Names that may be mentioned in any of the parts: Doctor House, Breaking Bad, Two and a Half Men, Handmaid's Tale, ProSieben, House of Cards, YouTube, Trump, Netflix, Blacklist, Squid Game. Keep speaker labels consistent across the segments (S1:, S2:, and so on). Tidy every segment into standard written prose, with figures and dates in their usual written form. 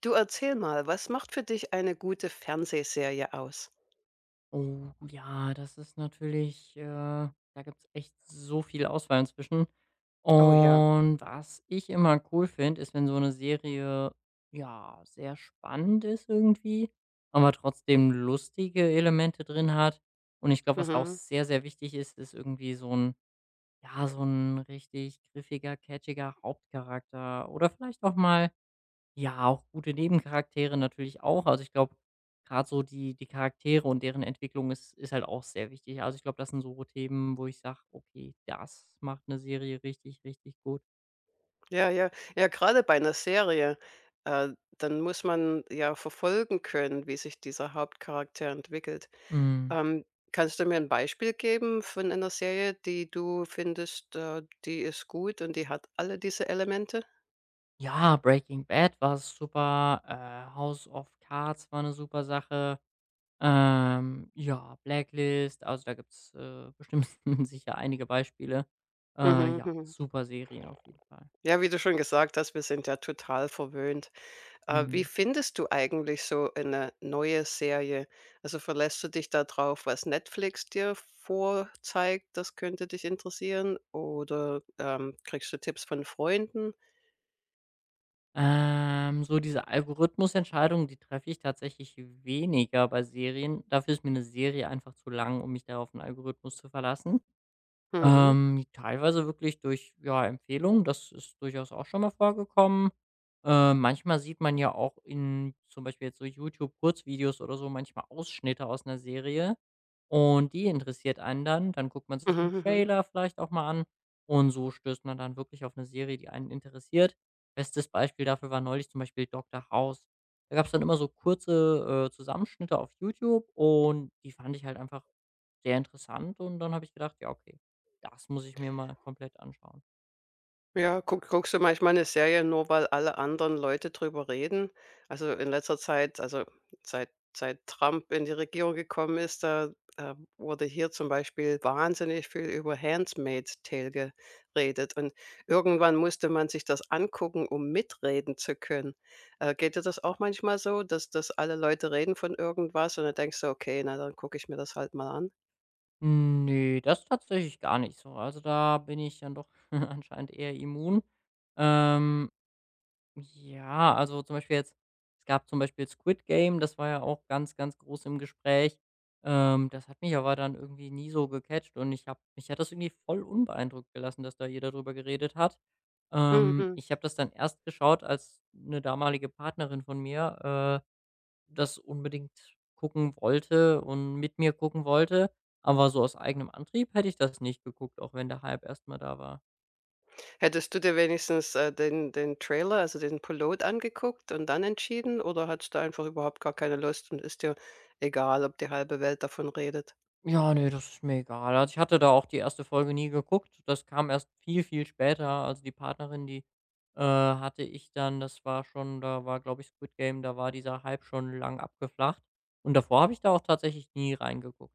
S1: Du erzähl mal, was macht für dich eine gute Fernsehserie aus?
S2: Oh ja, das ist natürlich da gibt's echt so viel Auswahl inzwischen.
S1: Oh ja.
S2: Und was ich immer cool finde, ist, wenn so eine Serie, ja, sehr spannend ist irgendwie, aber trotzdem lustige Elemente drin hat. Und ich glaube, was auch
S1: Mhm.
S2: sehr, sehr wichtig ist, ist irgendwie so ein ja, so ein richtig griffiger, catchiger Hauptcharakter oder vielleicht auch mal ja, auch gute Nebencharaktere natürlich auch. Also, ich glaube, gerade so die Charaktere und deren Entwicklung ist halt auch sehr wichtig. Also, ich glaube, das sind so Themen, wo ich sage: „Okay, das macht eine Serie richtig, richtig gut.“
S1: Ja, ja. Ja, gerade bei einer Serie, äh, dann muss man ja verfolgen können, wie sich dieser Hauptcharakter entwickelt.
S2: Hm,
S1: Ähm, Kannst du mir ein Beispiel geben von einer Serie, die du findest, die ist gut und die hat alle diese Elemente?
S2: ja, Breaking Bad war super, House of Cards war eine super Sache, ja, Blacklist, also, da gibt's, bestimmt sicher einige Beispiele.
S1: Mhm,
S2: Ja,
S1: mhm.
S2: super Serien auf jeden Fall.
S1: Ja, wie du schon gesagt hast, wir sind ja total verwöhnt. Wie
S2: Mhm.
S1: findest du eigentlich so eine neue Serie? Also, verlässt du dich da drauf, was Netflix dir vorzeigt, das könnte dich interessieren , oder kriegst du Tipps von Freunden?
S2: So diese Algorithmusentscheidungen, die treffe ich tatsächlich weniger bei Serien. Dafür ist mir eine Serie einfach zu lang, um mich da auf 'n Algorithmus zu verlassen.
S1: Mhm.
S2: Teilweise wirklich durch, ja, Empfehlungen, das ist durchaus auch schon mal vorgekommen. Manchmal sieht man ja auch in zum Beispiel jetzt so YouTube-Kurzvideos oder so manchmal Ausschnitte aus einer Serie und die interessiert einen dann. Dann guckt man sich den
S1: Mhm, mhm.
S2: Trailer vielleicht auch mal an und so stößt man dann wirklich auf eine Serie, die einen interessiert. Bestes Beispiel dafür war neulich zum Beispiel Doctor House. Da gab es dann immer so kurze, Zusammenschnitte auf YouTube und die fand ich halt einfach sehr interessant und dann habe ich gedacht: „Ja, okay.“ das muss ich mir mal komplett anschauen.
S1: Ja, guckst du manchmal eine Serie nur, weil alle anderen Leute drüber reden? Also, in letzter Zeit, also, seit seit Trump in die Regierung gekommen ist, da, wurde hier zum Beispiel wahnsinnig viel über Handmaid's Tale geredet, und irgendwann musste man sich das angucken, um mitreden zu können. Geht dir das auch manchmal so, dass alle Leute reden von irgendwas und dann denkst du: „Okay, na, dann gucke ich mir das halt mal
S2: Nee, das tatsächlich gar nicht so. Also, da bin ich dann doch anscheinend eher immun. Ähm, ja, also, zum Beispiel jetzt es gab zum Beispiel Squid Game, das war ja auch ganz, ganz groß im Gespräch. Das hat mich aber dann irgendwie nie so gecatcht und ich habe mich hat das irgendwie voll unbeeindruckt gelassen, dass da jeder drüber geredet hat.
S1: an?“
S2: Ich habe das dann erst geschaut, als eine damalige Partnerin von mir, das unbedingt gucken wollte und mit mir gucken wollte, aber so aus eigenem Antrieb hätte ich das nicht geguckt, auch wenn der Hype erst mal da war.
S1: Hättest du dir wenigstens, den Trailer, also den Pilot angeguckt und dann entschieden, oder hattest du einfach überhaupt gar keine Lust und ist dir egal, ob die halbe Welt davon redet?
S2: Ja, ne, das ist mir egal. Also, ich hatte da auch die erste Folge nie geguckt. Das kam erst viel, viel später. Also, die Partnerin, die, hatte ich dann das war schon da war, glaube ich, Squid Game, da war dieser Hype schon lang abgeflacht und davor habe ich da auch tatsächlich nie reingeguckt.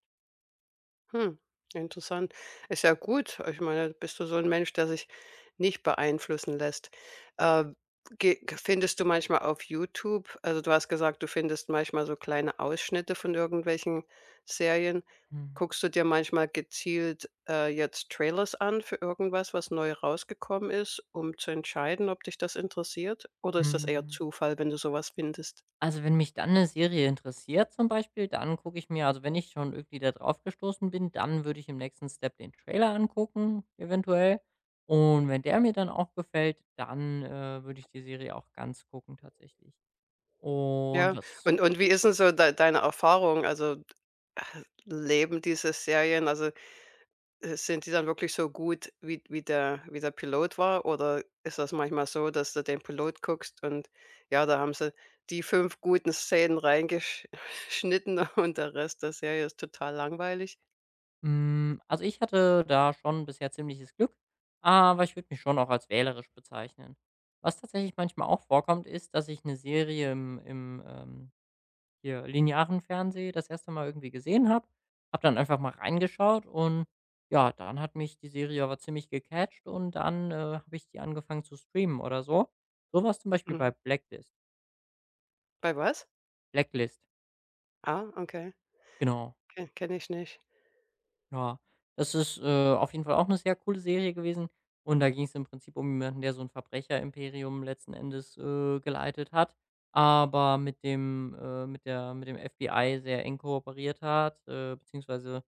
S1: Hm, interessant. Ist ja gut. Ich meine, bist du so ein Mensch, der sich nicht beeinflussen lässt. Äh, ge Findest du manchmal auf YouTube, also, du hast gesagt, du findest manchmal so kleine Ausschnitte von irgendwelchen Serien. Guckst du dir manchmal gezielt, jetzt Trailers an für irgendwas, was neu rausgekommen ist, um zu entscheiden, ob dich das interessiert? Oder ist das eher
S2: Mhm.
S1: Zufall, wenn du so was findest?
S2: Also, wenn mich dann eine Serie interessiert zum Beispiel, dann gucke ich mir also, wenn ich schon irgendwie da drauf gestoßen bin, dann würde ich im nächsten Step den Trailer angucken, eventuell. Und wenn der mir dann auch gefällt, dann, würde ich die Serie auch ganz gucken tatsächlich. Und
S1: Ja,
S2: das
S1: und wie ist denn so deine Erfahrung? Also, leben diese Serien, also, sind die dann wirklich so gut, wie wie der Pilot war? Oder ist das manchmal so, dass du den Pilot guckst und ja, da haben sie die 5 guten Szenen reingeschnitten und der Rest der Serie ist total langweilig?
S2: hm, also, ich hatte da schon bisher ziemliches Glück, aber ich würde mich schon auch als wählerisch bezeichnen. Was tatsächlich manchmal auch vorkommt, ist, dass ich eine Serie im hier linearen Fernseh das erste Mal irgendwie gesehen habe. Habe dann einfach mal reingeschaut und ja, dann hat mich die Serie aber ziemlich gecatcht und dann, habe ich die angefangen zu streamen oder so. So war es zum Beispiel bei
S1: Mhm.
S2: Blacklist.
S1: Bei was?
S2: Blacklist,
S1: Ah, okay,
S2: genau.
S1: kenne ich nicht.
S2: Ja, das ist, auf jeden Fall auch eine sehr coole Serie gewesen und da ging es im Prinzip um jemanden, der so 'n Verbrecherimperium letzten Endes, geleitet hat, aber mit dem mit der mit dem FBI sehr eng kooperiert hat, beziehungsweise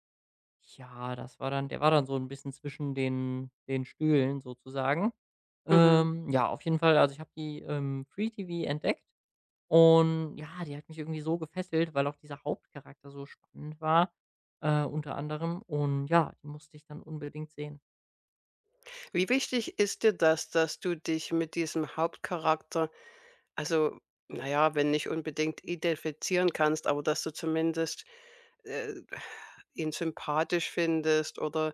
S2: Ja, das war dann der war dann so ein bisschen zwischen den Stühlen sozusagen.
S1: Mhm.
S2: Ja, auf jeden Fall, also, ich habe die, Free TV entdeckt und ja, die hat mich irgendwie so gefesselt, weil auch dieser Hauptcharakter so spannend war, unter anderem. Und ja, die musste ich dann unbedingt sehen.
S1: Wie wichtig ist dir das, dass du dich mit diesem Hauptcharakter, also, naja, wenn nicht unbedingt identifizieren kannst, aber dass du zumindest, äh, ihn sympathisch findest, oder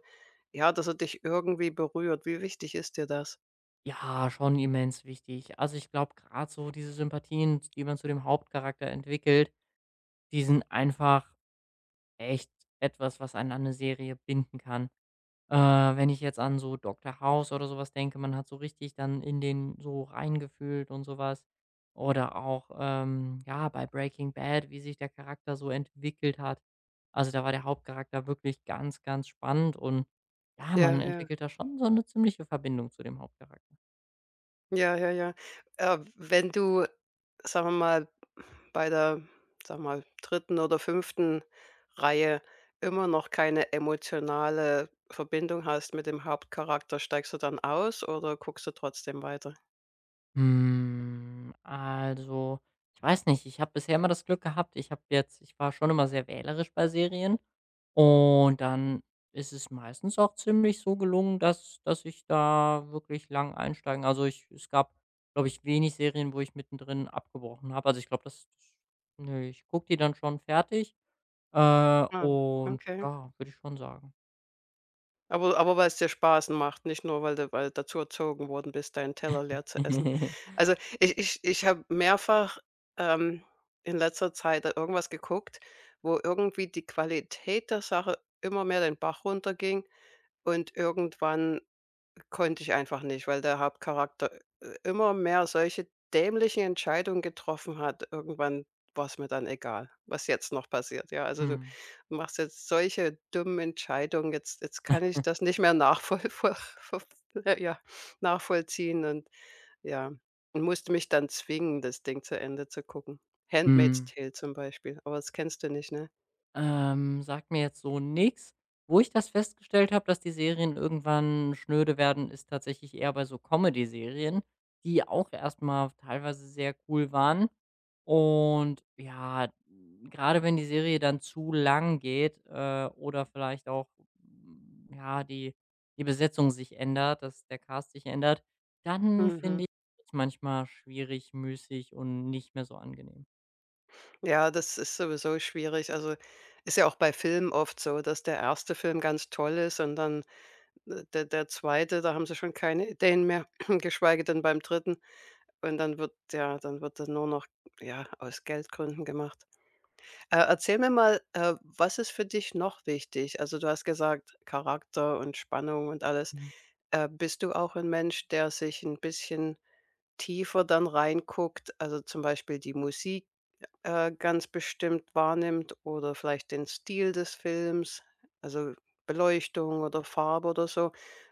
S1: ja, dass er dich irgendwie berührt. Wie wichtig ist dir das?
S2: Ja, schon immens wichtig. Also, ich glaube, gerade so diese Sympathien, die man zu dem Hauptcharakter entwickelt, die sind einfach echt etwas, was einen an 'ne Serie binden kann. Äh, wenn ich jetzt an so Dr. House oder sowas denke, man hat so richtig dann in den so reingefühlt und sowas Oder auch, ja, bei Breaking Bad, wie sich der Charakter so entwickelt hat. Also, da war der Hauptcharakter wirklich ganz, ganz spannend und ja,
S1: Ja,
S2: man
S1: ja.
S2: entwickelt da schon so eine ziemliche Verbindung zu dem Hauptcharakter.
S1: Ja, ja, ja. Wenn du, sagen wir mal, bei der, sagen wir mal, dritten oder fünften Reihe immer noch keine emotionale Verbindung hast mit dem Hauptcharakter, steigst du dann aus oder guckst du trotzdem weiter?
S2: Hm, also, ich weiß nicht. Ich habe bisher immer das Glück gehabt, ich habe jetzt ich war schon immer sehr wählerisch bei Serien und dann ist es meistens auch ziemlich so gelungen, dass ich da wirklich lang einsteigen also, ich es gab, glaube ich, wenig Serien, wo ich mittendrin abgebrochen habe. Also, ich glaube, das ne, ich gucke die dann schon fertig,
S1: Ah,
S2: und
S1: okay.
S2: ja, würde ich schon sagen.
S1: Aber weil es dir Spaß macht, nicht nur, weil du dazu erzogen worden bist, deinen Teller leer zu essen. Also, ich habe mehrfach, ähm, in letzter Zeit da irgendwas geguckt, wo irgendwie die Qualität der Sache immer mehr den Bach runterging und irgendwann konnte ich einfach nicht, weil der Hauptcharakter, immer mehr solche dämlichen Entscheidungen getroffen hat. Irgendwann war es mir dann egal, was jetzt noch passiert. Ja, also du
S2: Mhm.
S1: machst jetzt solche dummen Entscheidungen, jetzt kann ich das nicht mehr nachvoll voll voll ja, nachvollziehen, und ja, und musste mich dann zwingen, das Ding zu Ende zu gucken. Handmaid's
S2: Mhm.
S1: Tale zum Beispiel, aber das kennst du nicht, ne?
S2: Sagt mir jetzt so nix. Wo ich das festgestellt habe, dass die Serien irgendwann schnöde werden, ist tatsächlich eher bei so Comedy-Serien, die auch erstmal teilweise sehr cool waren. Und ja, gerade wenn die Serie dann zu lang geht, oder vielleicht auch, ja, die Besetzung sich ändert, dass der Cast sich ändert, dann
S1: Mhm.
S2: finde ich es manchmal schwierig, müßig und nicht mehr so angenehm.
S1: Ja, das ist sowieso schwierig. Also, ist ja auch bei Filmen oft so, dass der erste Film ganz toll ist und dann, der der 2., da haben sie schon keine Ideen mehr, geschweige denn beim dritten. Und dann wird ja, dann wird das nur noch, ja, aus Geldgründen gemacht. Erzähl mir mal, was ist für dich noch wichtig? Also, du hast gesagt, Charakter und Spannung und alles.
S2: Mhm.
S1: Bist du auch ein Mensch, der sich ein bisschen tiefer dann reinguckt? Also, zum Beispiel die Musik ganz bestimmt wahrnimmt oder vielleicht den Stil des Films, also Beleuchtung oder Farbe oder so?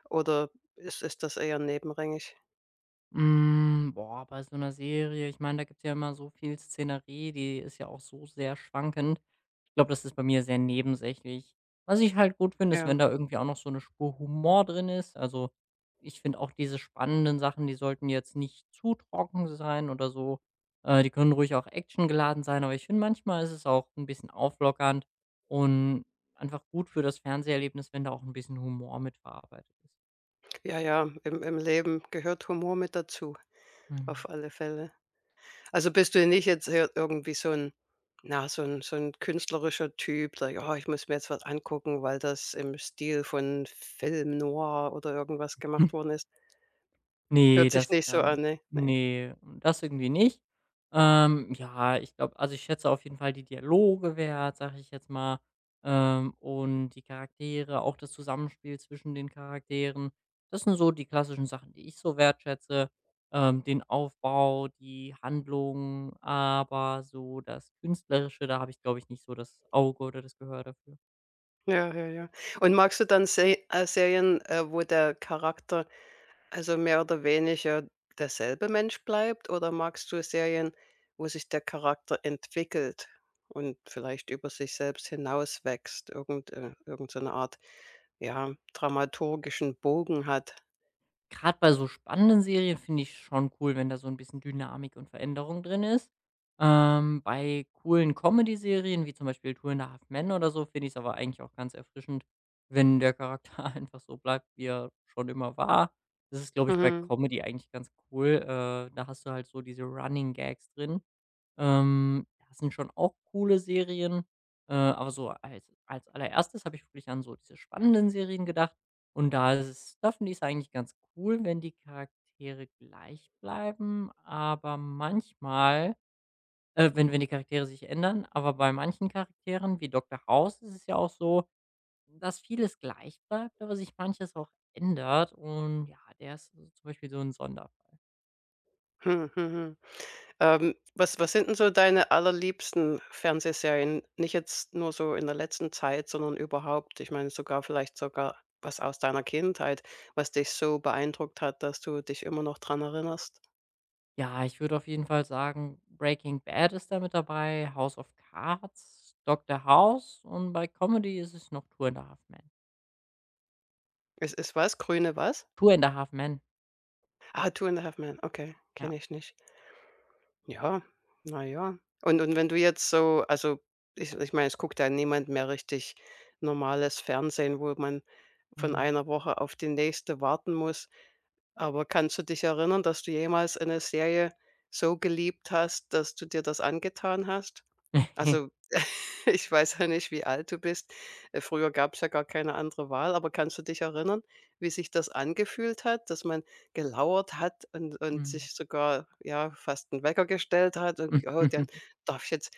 S1: Oder ist das eher nebenrängig?
S2: Hm, boah, bei so einer Serie ich meine, da gibt's ja immer so viel Szenerie, die ist ja auch so sehr schwankend. Ich glaube, das ist bei mir sehr nebensächlich. Was ich halt gut finde, ist,
S1: Ja,
S2: wenn da irgendwie auch noch so eine Spur Humor drin ist. Also, ich finde auch diese spannenden Sachen, die sollten jetzt nicht zu trocken sein oder so. Die können ruhig auch actiongeladen sein, aber ich finde, manchmal ist es auch ein bisschen auflockernd und einfach gut für das Fernseherlebnis, wenn da auch ein bisschen Humor mit verarbeitet ist.
S1: ja, ja, im Leben gehört Humor mit dazu, auf
S2: Mhm.
S1: alle Fälle. Also, bist du nicht jetzt ir irgendwie so ein, na, so ein künstlerischer Typ, der: „Ja, ich muss mir jetzt was angucken, weil das im Stil von Film noir oder irgendwas gemacht worden ist.“ Hört
S2: Ne,
S1: sich
S2: das
S1: nicht so
S2: gar
S1: an,
S2: nicht.
S1: ne? Ne.
S2: Ne, das irgendwie nicht. Ja, ich glaube also, ich schätze auf jeden Fall die Dialoge wert, sage ich jetzt mal, und die Charaktere, auch das Zusammenspiel zwischen den Charakteren. Das sind so die klassischen Sachen, die ich so wertschätze. Den Aufbau, die Handlung, aber so das Künstlerische, da habe ich, glaube ich, nicht so das Auge oder das Gehör dafür.
S1: Ja, ja, ja. Und magst du dann Se Serien, wo der Charakter also mehr oder weniger derselbe Mensch bleibt? Oder magst du Serien, wo sich der Charakter entwickelt und vielleicht über sich selbst hinauswächst, irgend so 'ne Art, ja, dramaturgischen Bogen hat?
S2: Gerade bei so spannenden Serien finde ich schon cool, wenn da so ein bisschen Dynamik und Veränderung drin ist. Bei coolen Comedy-Serien, wie zum Beispiel „Two and a Half Men“ oder so, finde ich es aber eigentlich auch ganz erfrischend, wenn der Charakter einfach so bleibt, wie er schon immer war. Das ist, glaube ich, bei
S1: Mhm.
S2: Comedy eigentlich ganz cool. Da hast du halt so diese Running Gags drin. Das sind schon auch coole Serien, aber so als Allererstes habe ich wirklich an so diese spannenden Serien gedacht und da ist es da finde ich's eigentlich ganz cool, wenn die Charaktere gleich bleiben, aber manchmal wenn die Charaktere sich ändern, aber bei manchen Charakteren wie Doktor House ist es ja auch so, dass vieles gleich bleibt, aber sich manches auch ändert und ja, der ist so, zum Beispiel so ein Sonder
S1: Mhm, mhm. Was sind denn so deine allerliebsten Fernsehserien? Nicht jetzt nur so in der letzten Zeit, sondern überhaupt. Ich meine sogar, vielleicht sogar was aus deiner Kindheit, was dich so beeindruckt hat, dass du dich immer noch dran erinnerst.
S2: Ja, ich würde auf jeden Fall sagen, Breaking Bad ist da mit dabei, House of Cards, Doctor House und bei Comedy ist es noch Two and a Half Men.
S1: Es ist was? Grüne was?
S2: Two and a Half Men,
S1: Ah, „Two and a Half Men“, okay,
S2: ja.
S1: kenne ich nicht. Ja, na ja. Und wenn du jetzt so, also, ich ich meine, es guckt ja niemand mehr richtig normales Fernsehen, wo man von
S2: Mhm.
S1: einer Woche auf die nächste warten muss. Aber kannst du dich erinnern, dass du jemals eine Serie so geliebt hast, dass du dir das angetan hast? Also, ich weiß ja nicht, wie alt du bist. Früher gab es ja gar keine andere Wahl, aber kannst du dich erinnern, wie sich das angefühlt hat, dass man gelauert hat und
S2: Mhm.
S1: sich sogar, ja, fast 'n Wecker gestellt hat und: „Oh, dann darf ich jetzt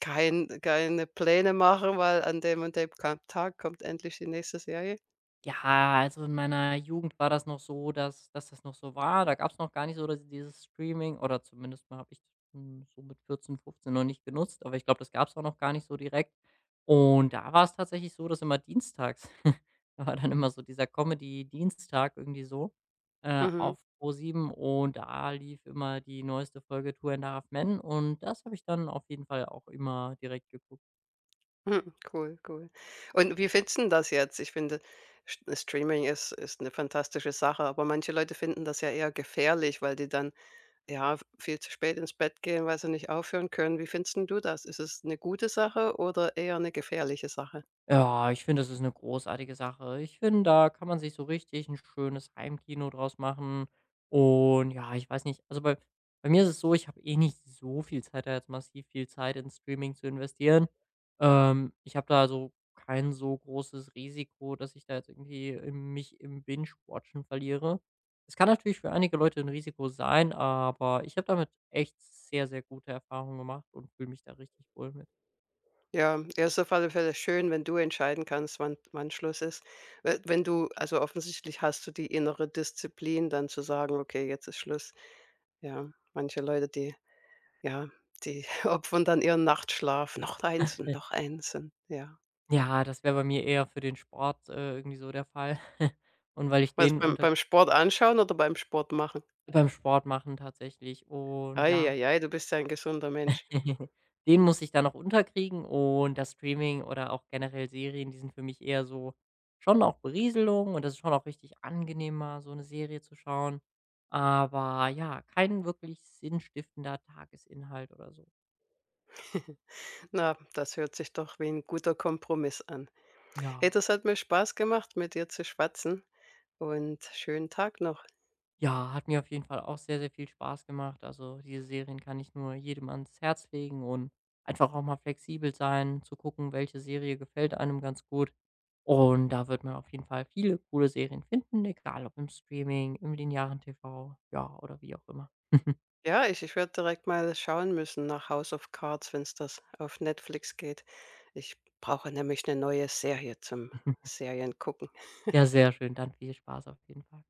S1: keine Pläne machen, weil an dem und dem Ka Tag kommt endlich die nächste Serie?“
S2: Ja, also in meiner Jugend war das noch so, dass das noch so war. Da gab's noch gar nicht so das dieses Streaming oder zumindest mal habe ich, so mit 14, 15 noch nicht genutzt, aber ich glaube, das gab's auch noch gar nicht so direkt. Und da war es tatsächlich so, dass immer dienstags da war dann immer so dieser Comedy-Dienstag irgendwie so,
S1: Mhm.
S2: auf ProSieben und da lief immer die neueste Folge „Two and a Half Men“ und das habe ich dann auf jeden Fall auch immer direkt geguckt.
S1: Mhm, cool, cool. Und wie findest 'n das jetzt? Ich finde, Sch Streaming ist 'ne fantastische Sache, aber manche Leute finden das ja eher gefährlich, weil die dann, ja, viel zu spät ins Bett gehen, weil sie nicht aufhören können. Wie findest 'n du das? Ist es eine gute Sache oder eher eine gefährliche Sache?
S2: Ja, ich finde, das ist eine großartige Sache. Ich finde, da kann man sich so richtig ein schönes Heimkino draus machen. Und ja, ich weiß nicht, also, bei mir ist es so, ich habe eh nicht so viel Zeit, da jetzt massiv viel Zeit in Streaming zu investieren. Ich habe da also kein so großes Risiko, dass ich da jetzt irgendwie im mich im Binge-Watchen verliere. Es kann natürlich für einige Leute ein Risiko sein, aber ich habe damit echt sehr, sehr gute Erfahrungen gemacht und fühle mich da richtig wohl mit.
S1: Ja, ja, ist auf alle Fälle schön, wenn du entscheiden kannst, wann Schluss ist. We Wenn du, also, offensichtlich hast du die innere Disziplin, dann zu sagen: „Okay, jetzt ist Schluss.“ Ja, manche Leute, die ja, die opfern dann ihren Nachtschlaf. Noch eins und ja.
S2: Ja, das wäre bei mir eher für den Sport, irgendwie so der Fall. Und weil ich
S1: Was
S2: den
S1: beim
S2: unter
S1: Sport anschauen oder beim Sport machen?
S2: beim Sport machen tatsächlich und
S1: Ei,
S2: ja,
S1: ei, ei, du bist ja ein gesunder Mensch.
S2: den muss ich dann noch unterkriegen und das Streaming oder auch generell Serien, die sind für mich eher so schon auch Berieselung und das ist schon auch richtig angenehm, mal so eine Serie zu schauen. Aber ja, kein wirklich sinnstiftender Tagesinhalt oder so.
S1: Na, das hört sich doch wie ein guter Kompromiss an. Hey,
S2: Ja.
S1: das hat mir Spaß gemacht, mit dir zu schwatzen, und schönen Tag noch.
S2: Ja, hat mir auf jeden Fall auch sehr, sehr viel Spaß gemacht. Also diese Serien kann ich nur jedem ans Herz legen und einfach auch mal flexibel sein, zu gucken, welche Serie gefällt einem ganz gut. Und da wird man auf jeden Fall viele coole Serien finden, egal ob im Streaming, im linearen TV, ja, oder wie auch immer.
S1: Ja, ich ich werde direkt mal schauen müssen nach „House of Cards“, wenn es das auf Netflix geht. Ich brauche nämlich eine neue Serie zum Seriengucken.
S2: Ja, sehr schön. Dann viel Spaß auf jeden Fall.